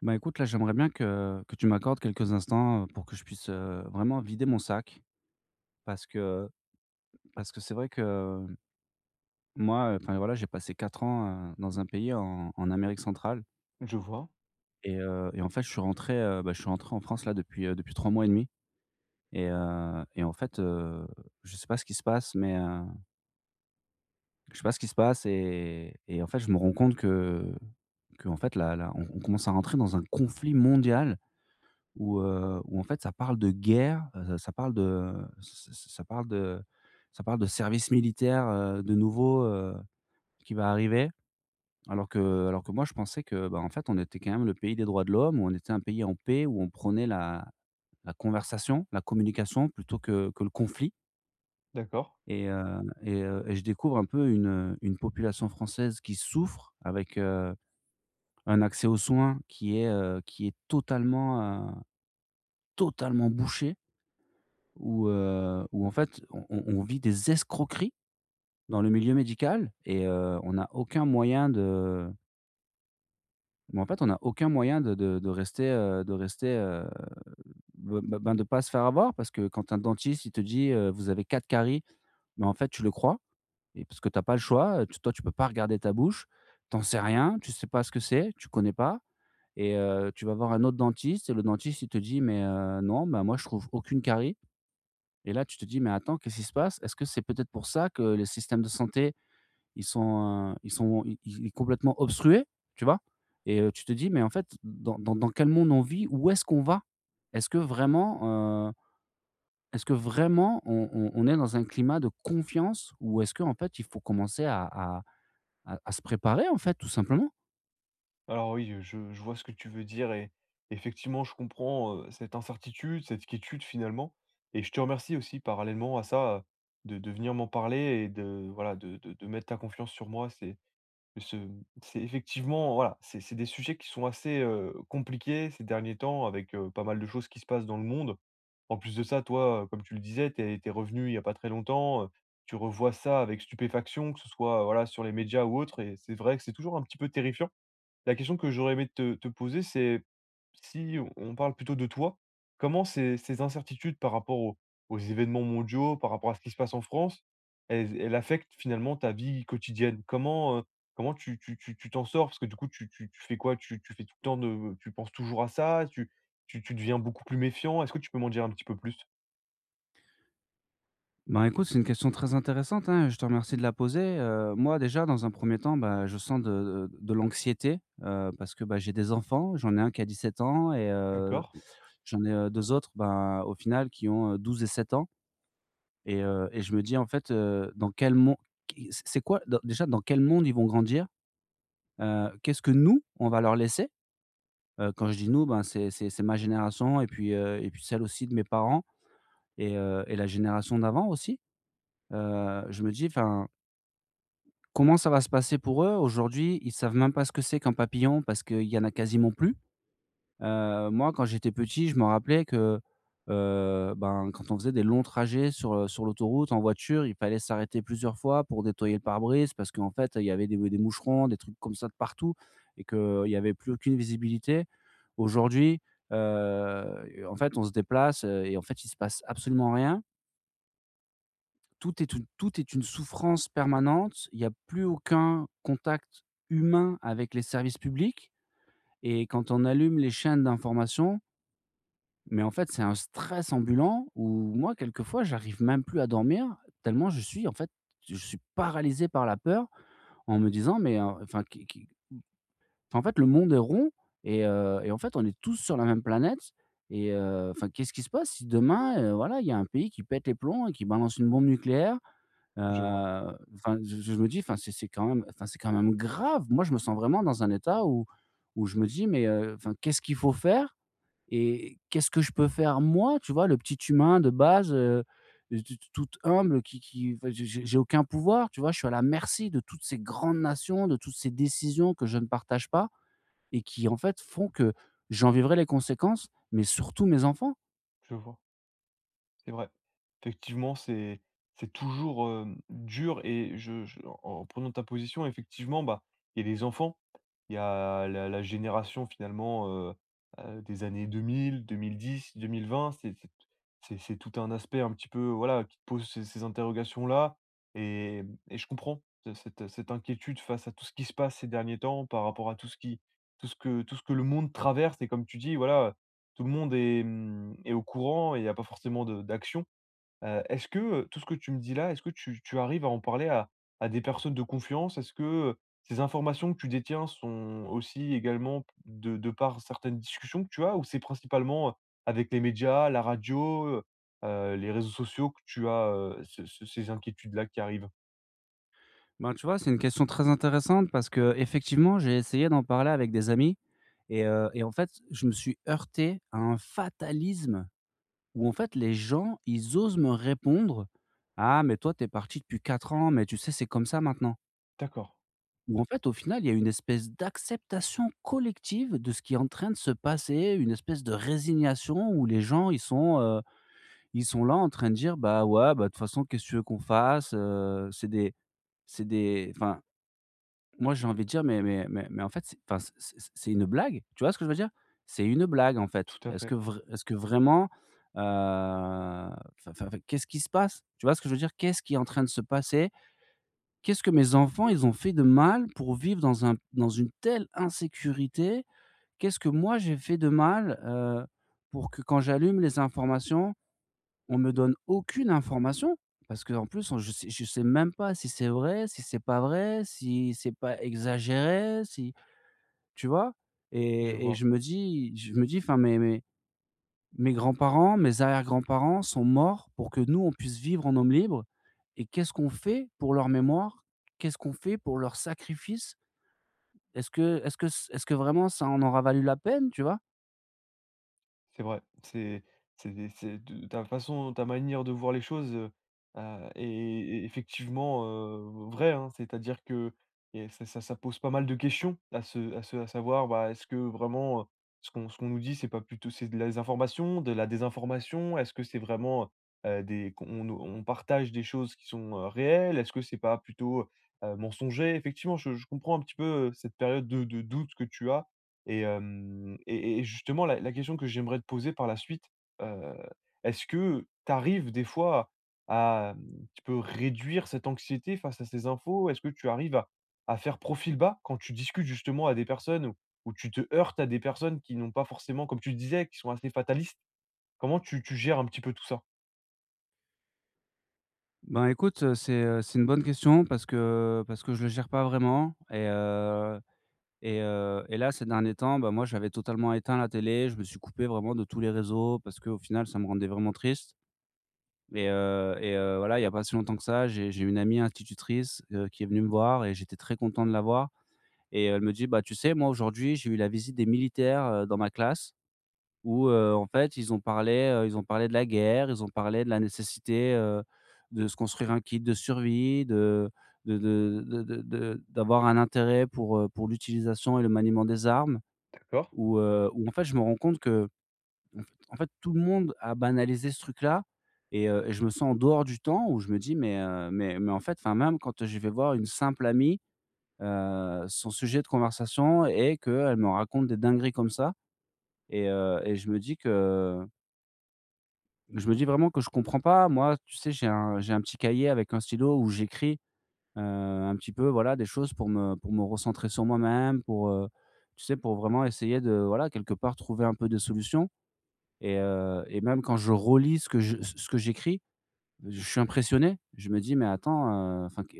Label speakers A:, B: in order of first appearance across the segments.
A: Bah, écoute, là, j'aimerais bien que tu m'accordes quelques instants, pour que je puisse, vraiment vider mon sac. Parce que parce que c'est vrai que moi, enfin, voilà, j'ai passé 4 ans, dans un pays en Amérique centrale.
B: Je vois,
A: Et en fait, je suis rentré en France, là, depuis, depuis 3 mois et demi. Et en fait, je sais pas ce qui se passe, mais je sais pas ce qui se passe et en fait, je me rends compte que en fait, là, on commence à rentrer dans un conflit mondial, où en fait ça parle de guerre, ça parle de ç ç ça parle de service militaire, de nouveau, qui va arriver. Alors que moi je pensais que, bah, en fait on était quand même le pays des droits de l'homme, où on était un pays en paix, où on prenait la conversation, la communication plutôt que le conflit.
B: d'accord.
A: Et je découvre un peu une population française qui souffre avec, un accès aux soins qui est totalement, heu, totalement bouché, où en fait, on vit des escroqueries dans le milieu médical, et on n'a aucun moyen de... Mais en fait, on n'a aucun moyen de rester, de pas se faire avoir, parce que quand un dentiste, il te dit, «Vous avez 4 caries», mais en fait, tu le crois, et parce que t'as pas le choix, tu toi, tu peux pas regarder ta bouche, t'en sais rien, tu sais pas ce que c'est, tu connais pas. Et tu vas voir un autre dentiste et le dentiste, il te dit: «Mais non, ben, moi, je trouve aucune carie». Et là, tu te dis: «Mais attends, qu'est-ce qui se passe? Est-ce que c'est peut-être pour ça que les systèmes de santé, ils sont i i complètement obstrués?» Tu vois? Tu te dis: «Mais en fait, dans quel monde on vit? Où est-ce qu'on va? Est-ce que vraiment, heu, est-ce que vraiment on est dans un climat de confiance, ou est-ce qu'en fait, il faut commencer à se préparer, en fait, tout simplement?»
B: Alors oui, je vois ce que tu veux dire et effectivement, je comprends, cette incertitude, cette quiétude finalement et je te remercie aussi parallèlement à ça, de venir m'en parler et de voilà, de mettre ta confiance sur moi. Ce c'est effectivement voilà, c'est des sujets qui sont assez, compliqués ces derniers temps avec, pas mal de choses qui se passent dans le monde. En plus de ça, toi, comme tu le disais, t'es es revenu il y a pas très longtemps, tu revois ça avec stupéfaction, que ce soit, voilà, sur les médias ou autre et c'est vrai que c'est toujours un petit peu terrifiant. La question que j'aurais aimé te poser, c'est si on parle plutôt de toi, comment ces incertitudes par rapport aux aux événements mondiaux, par rapport à ce qui se passe en France, elles affectent finalement ta vie quotidienne? Comment, comment tu t'en sors? Parce que du coup, tu fais quoi? Tu fais tout le temps de tu penses toujours à ça? Tu deviens beaucoup plus méfiant? Est-ce que tu peux m'en dire un petit peu plus?
A: Ben, écoute, c'est une question très intéressante, hein, je te remercie de la poser. Moi, déjà dans un premier temps, bah, je sens de l'anxiété, parce que, bah, j'ai des enfants, j'en ai un qui a 17 ans, et
B: D'accord,
A: j'en ai, 2 autres, ben, au final, qui ont, 12 et 7 ans. Et je me dis, en fait, dans quel monde, c'est quoi dans déjà, dans quel monde ils vont grandir? Qu'est-ce que nous, on va leur laisser? Quand je dis «nous», ben, c'est ma génération, et puis celle aussi de mes parents, et la génération d'avant aussi. Je me dis, enfin... comment ça va se passer pour eux? Aujourd'hui, ils savent même pas ce que c'est qu'un papillon, parce qu'il y en a quasiment plus. Moi, quand j'étais petit, je me rappelais que, quand on faisait des longs trajets sur l'autoroute en voiture, il fallait s'arrêter plusieurs fois pour nettoyer le pare-brise, parce qu'en fait, il y avait des moucherons, des trucs comme ça de partout, et qu'il y avait plus aucune visibilité. Aujourd'hui, en fait, on se déplace, et en fait, il se passe absolument rien. Tout est une souffrance permanente. Il n'y a plus aucun contact humain avec les services publics, et quand on allume les chaînes d'information, mais en fait, c'est un stress ambulant où moi, quelquefois, j'arrive même plus à dormir, tellement je suis, en fait, je suis paralysé par la peur, en me disant: «Mais, enfin, qui enfin, en fait, le monde est rond, et en fait, on est tous sur la même planète, et enfin, qu'est-ce qui se passe si demain, voilà, il y a un pays qui pète les plombs et qui balance une bombe nucléaire? Heu,
B: je vois,
A: enfin, je me dis, enfin, c'est quand même, enfin, c'est quand même grave». Moi, je me sens vraiment dans un état où je me dis: «Mais, enfin, qu'est-ce qu'il faut faire et qu'est-ce que je peux faire moi?» Tu vois? Le petit humain de base, t t tout humble qui enfin, j'ai aucun pouvoir, tu vois? Je suis à la merci de toutes ces grandes nations, de toutes ces décisions que je ne partage pas, et qui en fait font que j'en vivrai les conséquences, mais surtout mes enfants.
B: je vois. C'est vrai. Effectivement, c'est toujours, dur et je en en prenant ta position, effectivement, bah, il y a les enfants il y a la génération finalement, des années 2000-2010-2020, c'est tout un aspect un petit peu, voilà, qui te pose ces interrogations-là et et je comprends ce cette cette inquiétude face à tout ce qui se passe ces derniers temps par rapport à tout ce que le monde traverse et comme tu dis, voilà, tout le monde est, est au courant et il y a pas forcément de d'action. Est-ce que, tout ce que tu me dis là, est-ce que tu arrives à en parler à des personnes de confiance? Est-ce que, ces informations que tu détiens sont aussi également de par certaines discussions que tu as? Ou c'est principalement, avec les médias, la radio, les réseaux sociaux que tu as, ce ce ces inquiétudes-là qui arrivent?
A: Ben, tu vois, c'est une question très intéressante, parce que effectivement j'ai essayé d'en parler avec des amis, et en fait, je me suis heurté à un fatalisme où en fait les gens, ils osent me répondre: «Ah mais toi, t'es parti depuis 4 ans, mais tu sais, c'est comme ça maintenant».
B: D'accord,
A: Où, en fait, au final, il y a une espèce d'acceptation collective de ce qui est en train de se passer, une espèce de résignation où les gens, ils sont, ils sont là en train de dire: «Bah, ouais, bah, de toute façon, qu'est-ce que tu veux qu'on fasse?» C'est des enfin, Moi, j'ai envie de dire: Mais en fait, c'est, enfin, c'est une blague». Tu vois ce que je veux dire? C'est une blague, en fait.
B: tout à fait,
A: Est-ce que vraiment, heu, enfin enfin, enfin, qu'est-ce qui se passe? Tu vois ce que je veux dire? Qu'est-ce qui est en train de se passer? Qu'est-ce que mes enfants, ils ont fait de mal pour vivre dans une telle insécurité? Qu'est-ce que moi, j'ai fait de mal, pour que quand j'allume les informations, on me donne aucune information, parce qu'en plus, on je sais même pas si c'est vrai, si c'est pas vrai, si c'est pas exagéré, si... tu vois?
B: je
A: Et
B: vois.
A: je me dis, enfin, mes grands-parents, mes arrière-grands-parents sont morts pour que nous, on puisse vivre en homme libre, et qu'est-ce qu'on fait pour leur mémoire? Qu'est-ce qu'on fait pour leur sacrifice? Est-ce que est-ce que Est-ce que vraiment ça en aura valu la peine, tu vois?
B: C'est vrai, c'est de ta façon, ta manière de voir les choses, est effectivement, vraie, hein. C'est-à-dire que et ça pose pas mal de questions à se à savoir, bah, est-ce que vraiment, ce qu'on nous dit, c'est pas plutôt c'est de la informations, de la désinformation? Est-ce que c'est vraiment, des qu'on nous on partage des choses qui sont, réelles? Est-ce que c'est pas plutôt, mensonger? Effectivement, je comprends un petit peu, cette période de doute que tu as et hem et justement la question que j'aimerais te poser par la suite, heu, est-ce que tu arrives des fois à, un petit peu réduire cette anxiété face à ces infos? Est-ce que tu arrives à faire profil bas quand tu discutes justement à des personnes où où tu te heurtes à des personnes qui n'ont pas forcément, comme tu le disais, qui sont assez fatalistes? Comment tu gères un petit peu tout ça?
A: Ben, écoute, c'est une bonne question, parce que je le gère pas vraiment. Et là, ces derniers temps, bah, moi, j'avais totalement éteint la télé. Je me suis coupé vraiment de tous les réseaux, parce qu'au final, ça me rendait vraiment triste. Voilà, il y a pas si longtemps que ça, j'ai une amie institutrice, qui est venue me voir, et j'étais très content de la voir. Et elle me dit: «Bah, tu sais, moi, aujourd'hui, j'ai eu la visite des militaires, dans ma classe, où, en fait, ils ont parlé de la guerre, ils ont parlé de la nécessité, de se construire un kit de survie, de d'avoir un intérêt pour l'utilisation et le maniement des armes».
B: D'accord.
A: Où, en fait, je me rends compte que, en fait, tout le monde a banalisé ce truc-là, et je me sens en dehors du temps, où je me dis: «Mais en fait»... enfin, même quand je vais voir une simple amie, son sujet de conversation est qu'elle me raconte des dingueries comme ça, et je me dis que je me dis vraiment que je comprends pas. Moi, tu sais, j'ai un petit cahier avec un stylo où j'écris, un petit peu, voilà, des choses pour me recentrer sur moi-même, tu sais, pour vraiment essayer de, voilà, quelque part, trouver un peu des solutions. Et même quand je relis ce que j'écris, je suis impressionné. Je me dis: «Mais attends, enfin que...»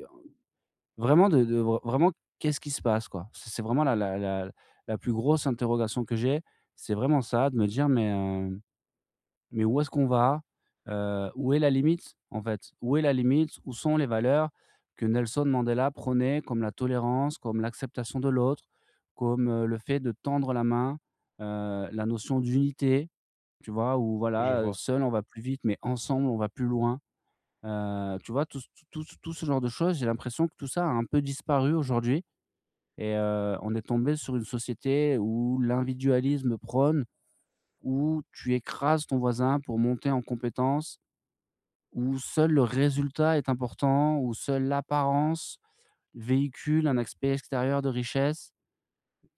A: Vraiment, de vr vraiment, qu'est-ce qui se passe, quoi? C'est vraiment la plus grosse interrogation que j'ai, c'est vraiment ça, de me dire: Mais où est-ce qu'on va? Où est la limite, en fait? Où est la limite? Où sont les valeurs que Nelson Mandela prônait, comme la tolérance, comme l'acceptation de l'autre, comme, le fait de tendre la main, la notion d'unité?» Tu vois? Où
B: Je
A: Voilà,
B: vois.
A: seul on va plus vite, mais ensemble on va plus loin. Tu vois? Tout ce genre de choses, j'ai l'impression que tout ça a un peu disparu aujourd'hui, et on est tombé sur une société où l'individualisme prône, où tu écrases ton voisin pour monter en compétences, où seul le résultat est important, où seule l'apparence véhicule un aspect extérieur de richesse.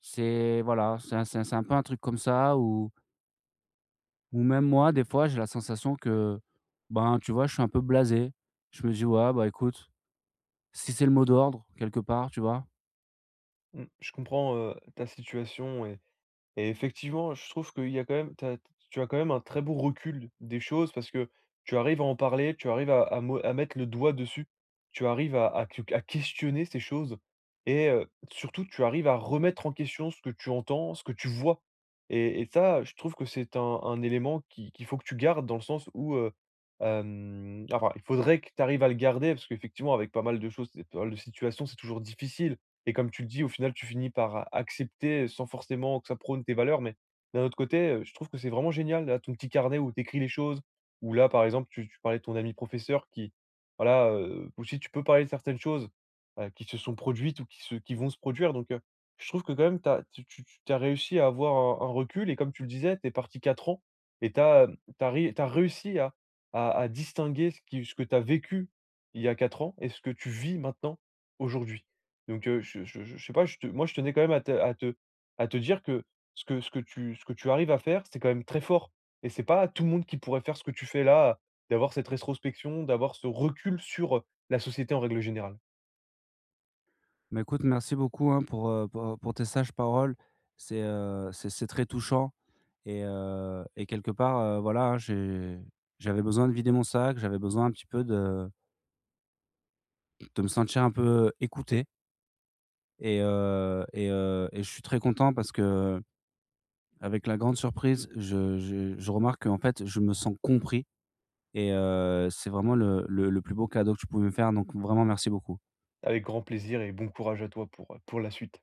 A: C'est, voilà, c'est un peu un truc comme ça où... Ou Même moi, des fois, j'ai la sensation que, ben, tu vois, je suis un peu blasé. Je me dis: «Ouais, bah, écoute, si c'est le mot d'ordre quelque part», tu vois?
B: Mmh, je comprends, ta situation et effectivement, je trouve qu'il y a quand même tu as quand même un très beau recul des choses parce que tu arrives à en parler, tu arrives à mettre le doigt dessus, tu arrives à questionner ces choses et surtout tu arrives à remettre en question ce que tu entends, ce que tu vois et ça, je trouve que c'est un élément qui qu'il faut que tu gardes dans le sens où, enfin, il faudrait que tu arrives à le garder parce qu'effectivement avec pas mal de choses pas mal de situations, c'est toujours difficile. Et comme tu le dis, au final, tu finis par accepter sans forcément que ça prône tes valeurs. Mais d'un autre côté, je trouve que c'est vraiment génial, là, ton petit carnet où tu écris les choses, ou là, par exemple, tu parlais de ton ami professeur qui, voilà, aussi tu peux parler de certaines choses, qui se sont produites ou qui vont se produire. Donc, je trouve que quand même t'as tu as réussi à avoir un recul et comme tu le disais, tu es parti 4 ans et tu as, réussi à distinguer ce que tu as vécu il y a 4 ans et ce que tu vis maintenant, aujourd'hui. Donc je sais pas, je te moi je tenais quand même à te à te à te dire que ce que tu arrives à faire, c'est quand même très fort et c'est pas tout le monde qui pourrait faire ce que tu fais là, d'avoir cette rétrospection, d'avoir ce recul sur, la société en règle générale.
A: Mais écoute, merci beaucoup, hein, pour, pour tes sages paroles. C'est, c'est très touchant, et quelque part, voilà, hein, j'avais besoin de vider mon sac, j'avais besoin un petit peu de me sentir un peu écouté. Et je suis très content, parce que, avec la grande surprise, je remarque qu'en fait, je me sens compris. Et c'est vraiment le plus beau cadeau que tu pouvais me faire, donc vraiment merci beaucoup.
B: Avec grand plaisir et bon courage à toi pour la suite.